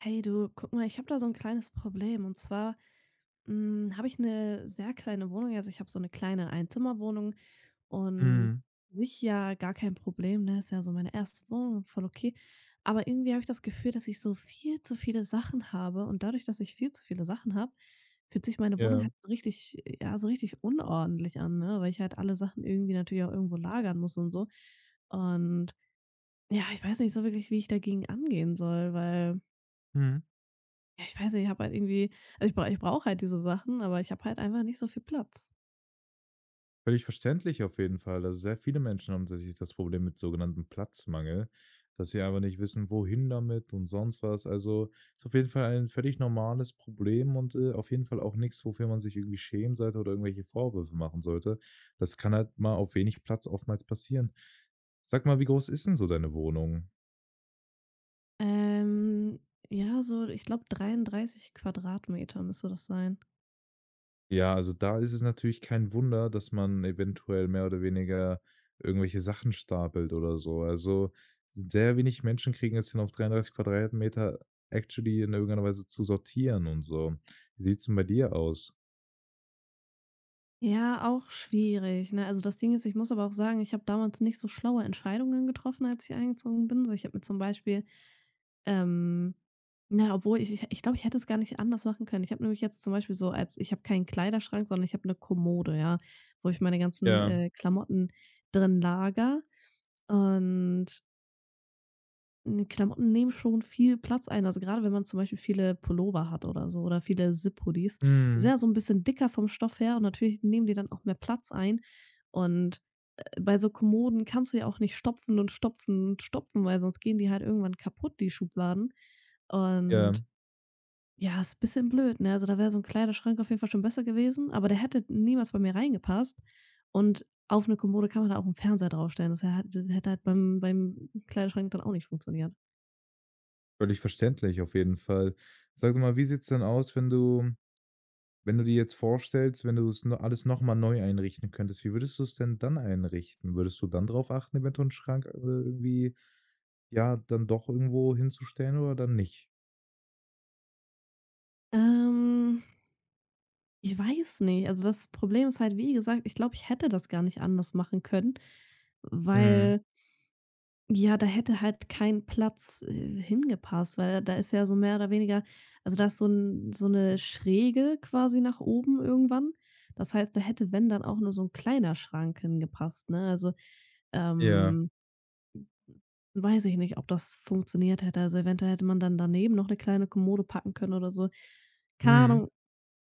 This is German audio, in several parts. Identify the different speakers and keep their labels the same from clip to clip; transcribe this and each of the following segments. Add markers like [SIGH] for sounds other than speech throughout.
Speaker 1: Hey du, guck mal, ich habe da so ein kleines Problem und zwar, habe ich eine sehr kleine Wohnung. Also, ich habe so eine kleine Einzimmerwohnung und
Speaker 2: Mhm.
Speaker 1: sich ja gar kein Problem, ne? Ist ja so meine erste Wohnung, voll okay. Aber irgendwie habe ich das Gefühl, dass ich so viel zu viele Sachen habe und dadurch, dass ich viel zu viele Sachen habe, fühlt sich meine Wohnung
Speaker 2: Ja.
Speaker 1: halt so richtig ja, so richtig unordentlich an, ne, weil ich halt alle Sachen irgendwie natürlich auch irgendwo lagern muss und so. Und ja, ich weiß nicht so wirklich, wie ich dagegen angehen soll, weil
Speaker 2: Mhm.
Speaker 1: ja, ich weiß nicht, ich habe halt irgendwie also ich brauche halt diese Sachen, aber ich habe halt einfach nicht so viel Platz.
Speaker 2: Völlig verständlich auf jeden Fall. Also, sehr viele Menschen haben tatsächlich das Problem mit sogenanntem Platzmangel, dass sie aber nicht wissen, wohin damit und sonst was. Also, ist auf jeden Fall ein völlig normales Problem und, auf jeden Fall auch nichts, wofür man sich irgendwie schämen sollte oder irgendwelche Vorwürfe machen sollte. Das kann halt mal auf wenig Platz oftmals passieren. Sag mal, wie groß ist denn so deine Wohnung?
Speaker 1: Ähm, ja, so, ich glaube, 33 Quadratmeter müsste das sein.
Speaker 2: Ja, also da ist es natürlich kein Wunder, dass man eventuell mehr oder weniger irgendwelche Sachen stapelt oder so. Also, sehr wenig Menschen kriegen es hin, auf 33 Quadratmeter actually in irgendeiner Weise zu sortieren und so. Wie sieht's denn bei dir aus?
Speaker 1: Ja, auch schwierig, ne? Also das Ding ist, ich muss aber auch sagen, ich habe damals nicht so schlaue Entscheidungen getroffen, als ich eingezogen bin. So, ich habe mir zum Beispiel, ähm na, obwohl ich glaube, ich hätte es gar nicht anders machen können. Ich habe nämlich jetzt zum Beispiel so als ich habe keinen Kleiderschrank, sondern ich habe eine Kommode, ja, wo ich meine ganzen,
Speaker 2: Ja,
Speaker 1: Klamotten drin lager. Und, Klamotten nehmen schon viel Platz ein. Also, gerade wenn man zum Beispiel viele Pullover hat oder so oder viele Zip-Hoodies, die sind
Speaker 2: mhm,
Speaker 1: ja so ein bisschen dicker vom Stoff her und natürlich nehmen die dann auch mehr Platz ein. Und, bei so Kommoden kannst du ja auch nicht stopfen und stopfen und stopfen, weil sonst gehen die halt irgendwann kaputt, die Schubladen.
Speaker 2: ja,
Speaker 1: Und ja, ist ein bisschen blöd, ne? Also, da wäre so 'n Kleiderschrank auf jeden Fall schon besser gewesen, aber der hätte niemals bei mir reingepasst. Und auf eine Kommode kann man da auch einen Fernseher draufstellen. Das hä hätte hätte halt beim Kleiderschrank dann auch nicht funktioniert.
Speaker 2: völlig verständlich auf jeden Fall. Sag doch mal, wie sieht's denn aus, wenn du dir jetzt vorstellst, wenn du es no alles noch mal neu einrichten könntest, wie würdest du es denn dann einrichten? Würdest du dann darauf achten, eventuell 'n Schrank, irgendwie, ja, dann doch irgendwo hinzustellen oder dann nicht?
Speaker 1: Ähm. Ich weiß nicht. Also, das Problem ist halt, wie gesagt, ich glaube, ich hätte das gar nicht anders machen können,
Speaker 2: Mhm.
Speaker 1: weil ja, da hätte halt kein Platz, hingepasst, weil da ist ja so mehr oder weniger also, da ist so 'ne Schräge quasi nach oben irgendwann. Das heißt, da hätte, wenn, dann auch nur so ein kleiner Schrank hingepasst, ne? Also,
Speaker 2: Ja.
Speaker 1: ähm, weiß ich nicht, ob das funktioniert hätte. Also, eventuell hätte man dann daneben noch eine kleine Kommode packen können oder so. Keine
Speaker 2: Mhm.
Speaker 1: Ahnung,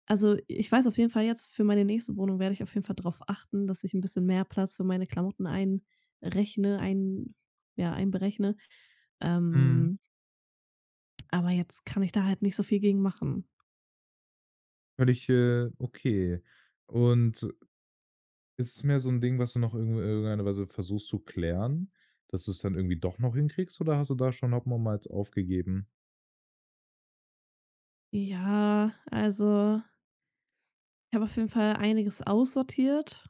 Speaker 1: also, ich weiß auf jeden Fall jetzt für meine nächste Wohnung werde ich auf jeden Fall darauf achten, dass ich ein bisschen mehr Platz für meine Klamotten einrechne, ein ja, einberechne.
Speaker 2: Mhm.
Speaker 1: Ähm, aber jetzt kann ich da halt nicht so viel gegen machen.
Speaker 2: Völlig, okay. Und ist es mehr so ein Ding, was du noch irgendeiner Weise versuchst zu klären, dass du es dann irgendwie doch noch hinkriegst oder hast du da schon nochmals aufgegeben?
Speaker 1: Ja, also, ich habe auf jeden Fall einiges aussortiert,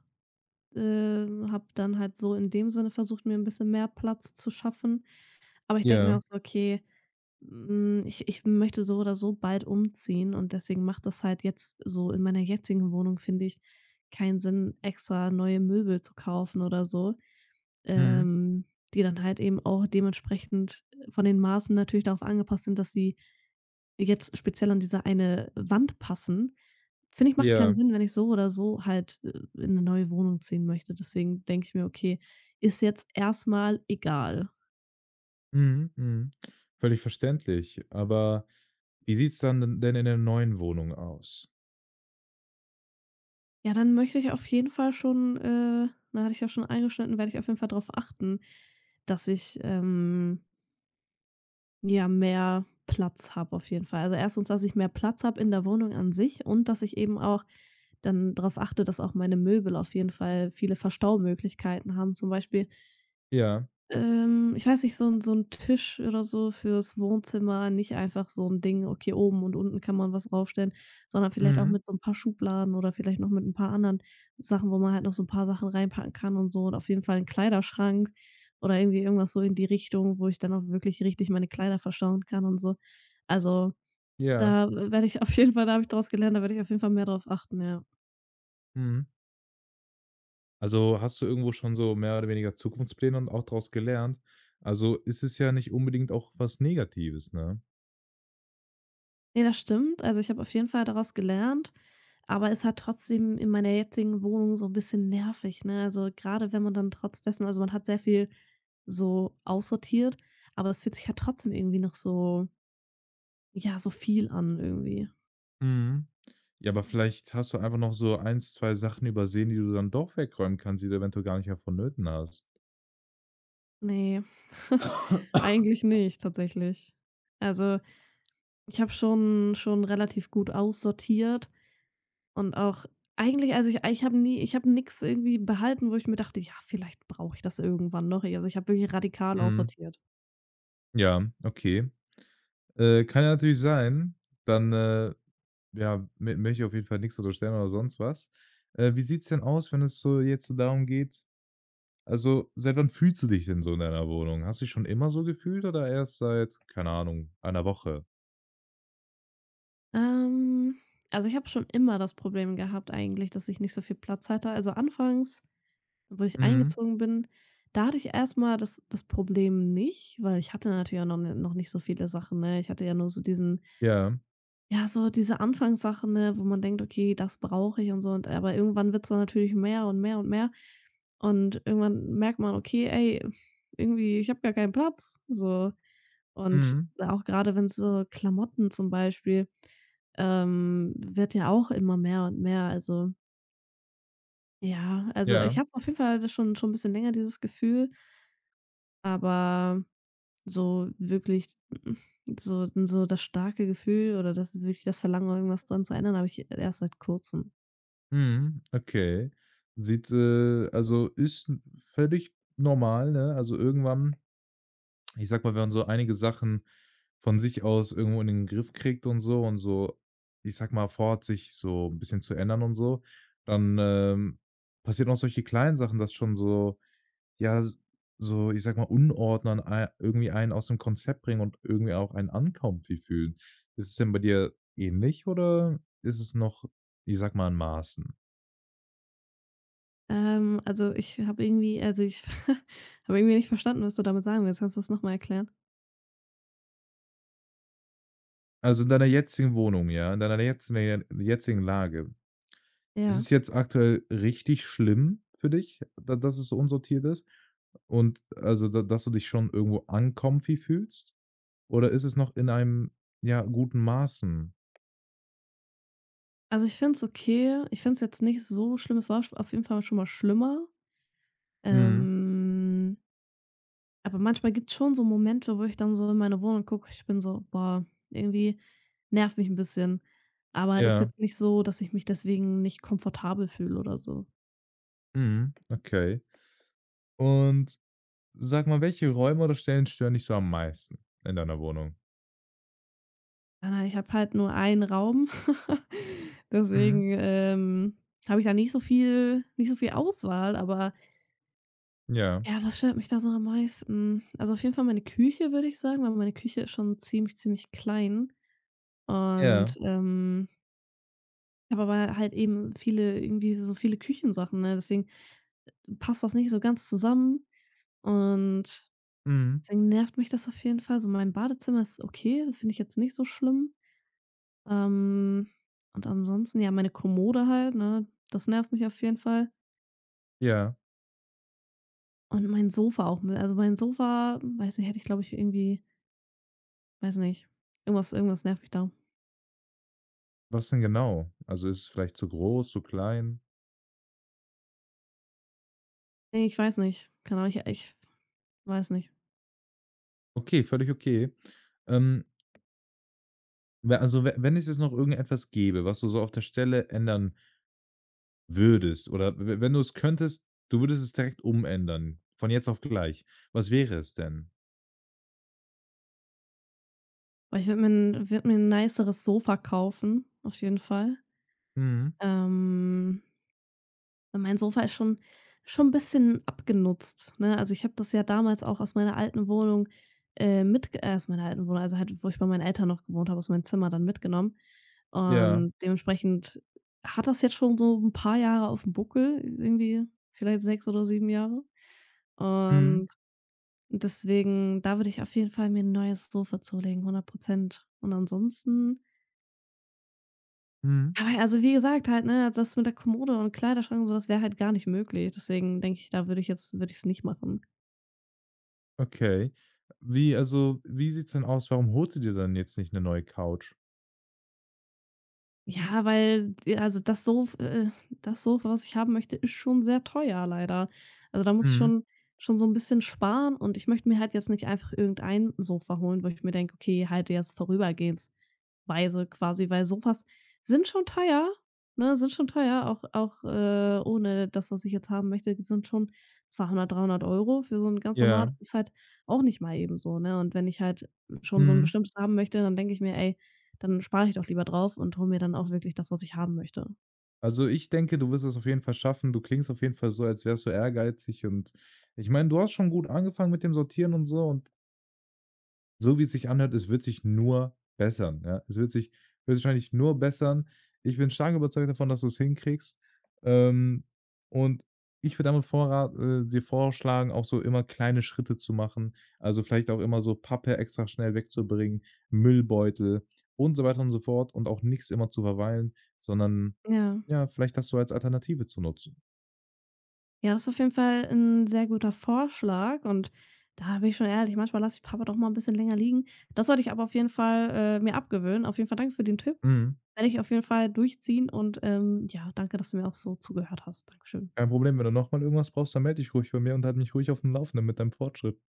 Speaker 1: habe dann halt so in dem Sinne versucht, mir ein bisschen mehr Platz zu schaffen. Aber ich denke mir
Speaker 2: Ja.
Speaker 1: auch so: „Okay, ich möchte so oder so bald umziehen und deswegen macht das halt jetzt so in meiner jetzigen Wohnung, finde ich, keinen Sinn, extra neue Möbel zu kaufen oder so,
Speaker 2: Mhm.
Speaker 1: ähm, die dann halt eben auch dementsprechend von den Maßen natürlich darauf angepasst sind, dass sie jetzt speziell an diese eine Wand passen. Finde ich, macht keinen
Speaker 2: Ja.
Speaker 1: Sinn, wenn ich so oder so halt, in eine neue Wohnung ziehen möchte. Deswegen denke ich mir: „Okay, ist jetzt erstmal egal."
Speaker 2: Mhm. Mhm. Völlig verständlich. Aber wie sieht's dann denn in der neuen Wohnung aus?
Speaker 1: Ja, dann möchte ich auf jeden Fall schon, na, hatte ich ja schon eingeschnitten, werde ich auf jeden Fall darauf achten, dass ich, ja, mehr Platz habe auf jeden Fall. Also, erstens, dass ich mehr Platz habe in der Wohnung an sich und dass ich eben auch dann darauf achte, dass auch meine Möbel auf jeden Fall viele Verstaumöglichkeiten haben. Zum Beispiel
Speaker 2: Ja,
Speaker 1: ich weiß nicht, so ein Tisch oder so fürs Wohnzimmer, nicht einfach so ein Ding, okay, oben und unten kann man was draufstellen, sondern vielleicht auch
Speaker 2: mhm,
Speaker 1: mit so ein paar Schubladen oder vielleicht noch mit ein paar anderen Sachen, wo man halt noch so ein paar Sachen reinpacken kann und so und auf jeden Fall 'n Kleiderschrank oder irgendwie irgendwas so in die Richtung, wo ich dann auch wirklich richtig meine Kleider verstauen kann und so. Also,
Speaker 2: ja,
Speaker 1: da werde ich auf jeden Fall da habe ich draus gelernt, da werde ich auf jeden Fall mehr drauf achten, ja.
Speaker 2: mhm. Also, hast du irgendwo schon so mehr oder weniger Zukunftspläne und auch daraus gelernt? Also, ist es ja nicht unbedingt auch was Negatives, ne?
Speaker 1: Ne, das stimmt. Also, ich habe auf jeden Fall daraus gelernt, aber ist halt trotzdem in meiner jetzigen Wohnung so ein bisschen nervig, ne? Also, gerade wenn man dann trotz dessen also, man hat sehr viel so aussortiert, aber es fühlt sich halt trotzdem irgendwie noch so ja, so viel an irgendwie.
Speaker 2: Mhm. Ja, aber vielleicht hast du einfach noch so eins, 2 Sachen übersehen, die du dann doch wegräumen kannst, die du eventuell gar nicht mehr vonnöten hast.
Speaker 1: Ne, [LAUGHS] eigentlich nicht tatsächlich. Also, ich habe schon relativ gut aussortiert. Und auch eigentlich also, ich habe nie ich habe nichts irgendwie behalten, wo ich mir dachte: „Ja, vielleicht brauche ich das irgendwann noch." Also, ich habe wirklich radikal
Speaker 2: Mhm.
Speaker 1: aussortiert.
Speaker 2: Ja, okay. Kann ja natürlich sein. Dann, ja, mö möchte ich auf jeden Fall nichts unterstellen oder sonst was. Wie sieht's denn aus, wenn es so jetzt so darum geht. Also, seit wann fühlst du dich denn so in deiner Wohnung? Hast du dich schon immer so gefühlt oder erst seit, keine Ahnung, einer Woche?
Speaker 1: Ähm, also, ich habe schon immer das Problem gehabt eigentlich, dass ich nicht so viel Platz hatte. Also, anfangs, wo ich
Speaker 2: Mhm.
Speaker 1: eingezogen bin, da hatte ich erstmal das Problem nicht, weil ich hatte natürlich auch noch nicht so viele Sachen, ne? Ich hatte ja nur so diesen
Speaker 2: Ja.
Speaker 1: Ja, so diese Anfangssachen, ne, wo man denkt: „Okay, das brauche ich" und so und aber irgendwann wird's dann natürlich mehr und mehr und mehr. Und irgendwann merkt man: „Okay, ey, irgendwie, ich habe gar keinen Platz", so. Und
Speaker 2: Mhm.
Speaker 1: auch gerade wenn so Klamotten zum Beispiel, wird ja auch immer mehr und mehr. Also, ja, also,
Speaker 2: Ja.
Speaker 1: ich habe auf jeden Fall das schon ein bisschen länger dieses Gefühl, aber so wirklich so das starke Gefühl oder das wirklich das Verlangen, irgendwas dran zu ändern, habe ich erst seit Kurzem.
Speaker 2: Mhm. Okay. Also, ist 'n völlig normal, ne? Also, irgendwann, ich sag mal, wenn man so einige Sachen von sich aus irgendwo in den Griff kriegt und so, ich sag mal, vorhat, sich so ein bisschen zu ändern und so, dann, passieren auch solche kleinen Sachen, dass schon so. Ja, s so, ich sag mal, Unordnern ei irgendwie einen aus dem Konzept bringen und irgendwie auch einen uncomfy fühlen. Ist es denn bei dir ähnlich oder ist es noch, ich sag mal, in Maßen?
Speaker 1: Also, ich habe irgendwie also, ich [LAUGHS] habe irgendwie nicht verstanden, was du damit sagen willst. Kannst du das noch mal erklären?
Speaker 2: Also, in deiner jetzigen Wohnung, ja, in deiner jetzigen Lage. Ist
Speaker 1: Ja.
Speaker 2: es jetzt aktuell richtig schlimm für dich, da dass es so unsortiert ist und also, da dass du dich schon irgendwo uncomfy fühlst? Oder ist es noch in einem, ja, guten Maßen?
Speaker 1: Also, ich finde es okay. Ich finde es jetzt nicht so schlimm. Es war auf jeden Fall schon mal schlimmer.
Speaker 2: Mhm.
Speaker 1: Ähm Aber manchmal gibt es schon so Momente, wo ich dann so in meine Wohnung gucke, ich bin so: „Boah, irgendwie nervt mich ein bisschen." Aber ist
Speaker 2: Ja.
Speaker 1: jetzt nicht so, dass ich mich deswegen nicht komfortabel fühle oder so.
Speaker 2: Mhm. Okay. Und sag mal, welche Räume oder Stellen stören dich so am meisten in deiner Wohnung?
Speaker 1: Nein, nein, ich habe halt nur einen Raum. [LAUGHS]
Speaker 2: Mhm.
Speaker 1: Deswegen, habe ich da nicht so viel Auswahl, aber
Speaker 2: Ja.
Speaker 1: ja, was stört mich da so am meisten? Also, auf jeden Fall meine Küche, würde ich sagen, weil meine Küche ist schon ziemlich, ziemlich klein
Speaker 2: Ja.
Speaker 1: und, ich habe aber halt eben viele irgendwie so viele Küchensachen, ne? Deswegen passt das nicht so ganz zusammen und
Speaker 2: Mhm.
Speaker 1: deswegen nervt mich das auf jeden Fall. So mein Badezimmer ist okay, finde ich jetzt nicht so schlimm. Ähm, und ansonsten, ja, meine Kommode halt, ne, das nervt mich auf jeden Fall.
Speaker 2: Ja.
Speaker 1: Und mein Sofa auch. Also mein Sofa, weiß nicht, hätte ich glaube ich irgendwie, weiß nicht, irgendwas nervt mich da.
Speaker 2: Was denn genau? Also, ist es vielleicht zu groß, zu klein?
Speaker 1: Nee, ich weiß nicht. Keine Ahnung, ich weiß nicht.
Speaker 2: Okay, völlig okay. Ähm, we also, we wenn es jetzt noch irgendetwas gäbe, was du so auf der Stelle ändern würdest oder w wenn du es könntest, du würdest es direkt umändern, von jetzt auf gleich. Was wäre es denn?
Speaker 1: Aber ich würde mir, würd mir ein niceres Sofa kaufen, auf jeden Fall.
Speaker 2: Mhm.
Speaker 1: Ähm, Weil mein Sofa ist schon 'n bisschen abgenutzt, ne? Also, ich habe das ja damals auch aus meiner alten Wohnung, also, halt, wo ich bei meinen Eltern noch gewohnt habe, aus meinem Zimmer dann mitgenommen.
Speaker 2: Ja.
Speaker 1: Und dementsprechend hat das jetzt schon so ein paar Jahre auf dem Buckel, irgendwie vielleicht 6 oder 7 Jahre.
Speaker 2: Mhm.
Speaker 1: Und deswegen, da würde ich auf jeden Fall mir ein neues Sofa zulegen, 100%. Und ansonsten
Speaker 2: Mhm.
Speaker 1: Aber ja, also, wie gesagt, halt, ne, das mit der Kommode und Kleiderschrank und so, das wäre halt gar nicht möglich. Deswegen denke ich, da würde ich jetzt würde ich es nicht machen.
Speaker 2: Okay. Wie also, wie sieht's denn aus? Warum holst du dir dann jetzt nicht eine neue Couch?
Speaker 1: Ja, weil d also das Sofa, was ich haben möchte, ist schon sehr teuer leider. Also, da muss ich
Speaker 2: Mhm.
Speaker 1: schon so ein bisschen sparen und ich möchte mir halt jetzt nicht einfach irgendein Sofa holen, wo ich mir denke: „Okay, halt jetzt vorübergehensweise quasi", weil Sofas sind schon teuer, ne, sind schon teuer, ohne das, was ich jetzt haben möchte, sind schon 200, 300 Euro für so ein ganz normales
Speaker 2: Ja.
Speaker 1: ist halt auch nicht mal eben so, ne? Und wenn ich halt schon so ein
Speaker 2: Mhm.
Speaker 1: bestimmtes haben möchte, dann denke ich mir: „Ey, dann spare ich doch lieber drauf und hole mir dann auch wirklich das, was ich haben möchte.
Speaker 2: Also, ich denke, du wirst es auf jeden Fall schaffen. Du klingst auf jeden Fall so, als wärst du ehrgeizig und ich meine, du hast schon gut angefangen mit dem Sortieren und so und so wie es sich anhört, es wird sich nur bessern, ja? Es wird sich höchstwahrscheinlich nur bessern. Ich bin stark überzeugt davon, dass du es hinkriegst. Ähm, und ich würde damit vorra dir vorschlagen, auch so immer kleine Schritte zu machen. Also, vielleicht auch immer so Pappe extra schnell wegzubringen, Müllbeutel und so weiter und so fort und auch nichts immer zu verweilen, sondern,
Speaker 1: Ja.
Speaker 2: ja, vielleicht das so als Alternative zu nutzen.
Speaker 1: Ja, das ist auf jeden Fall ein sehr guter Vorschlag und da bin ich schon ehrlich, manchmal lasse ich Papa doch mal ein bisschen länger liegen. Das sollte ich aber auf jeden Fall, mir abgewöhnen. Auf jeden Fall danke für den Tipp.
Speaker 2: Mhm.
Speaker 1: Werde ich auf jeden Fall durchziehen und, ja, danke, dass du mir auch so zugehört hast. Dankeschön.
Speaker 2: Kein Problem, wenn du nochmal irgendwas brauchst, dann melde dich ruhig bei mir und halt mich ruhig auf dem Laufenden mit deinem Fortschritt.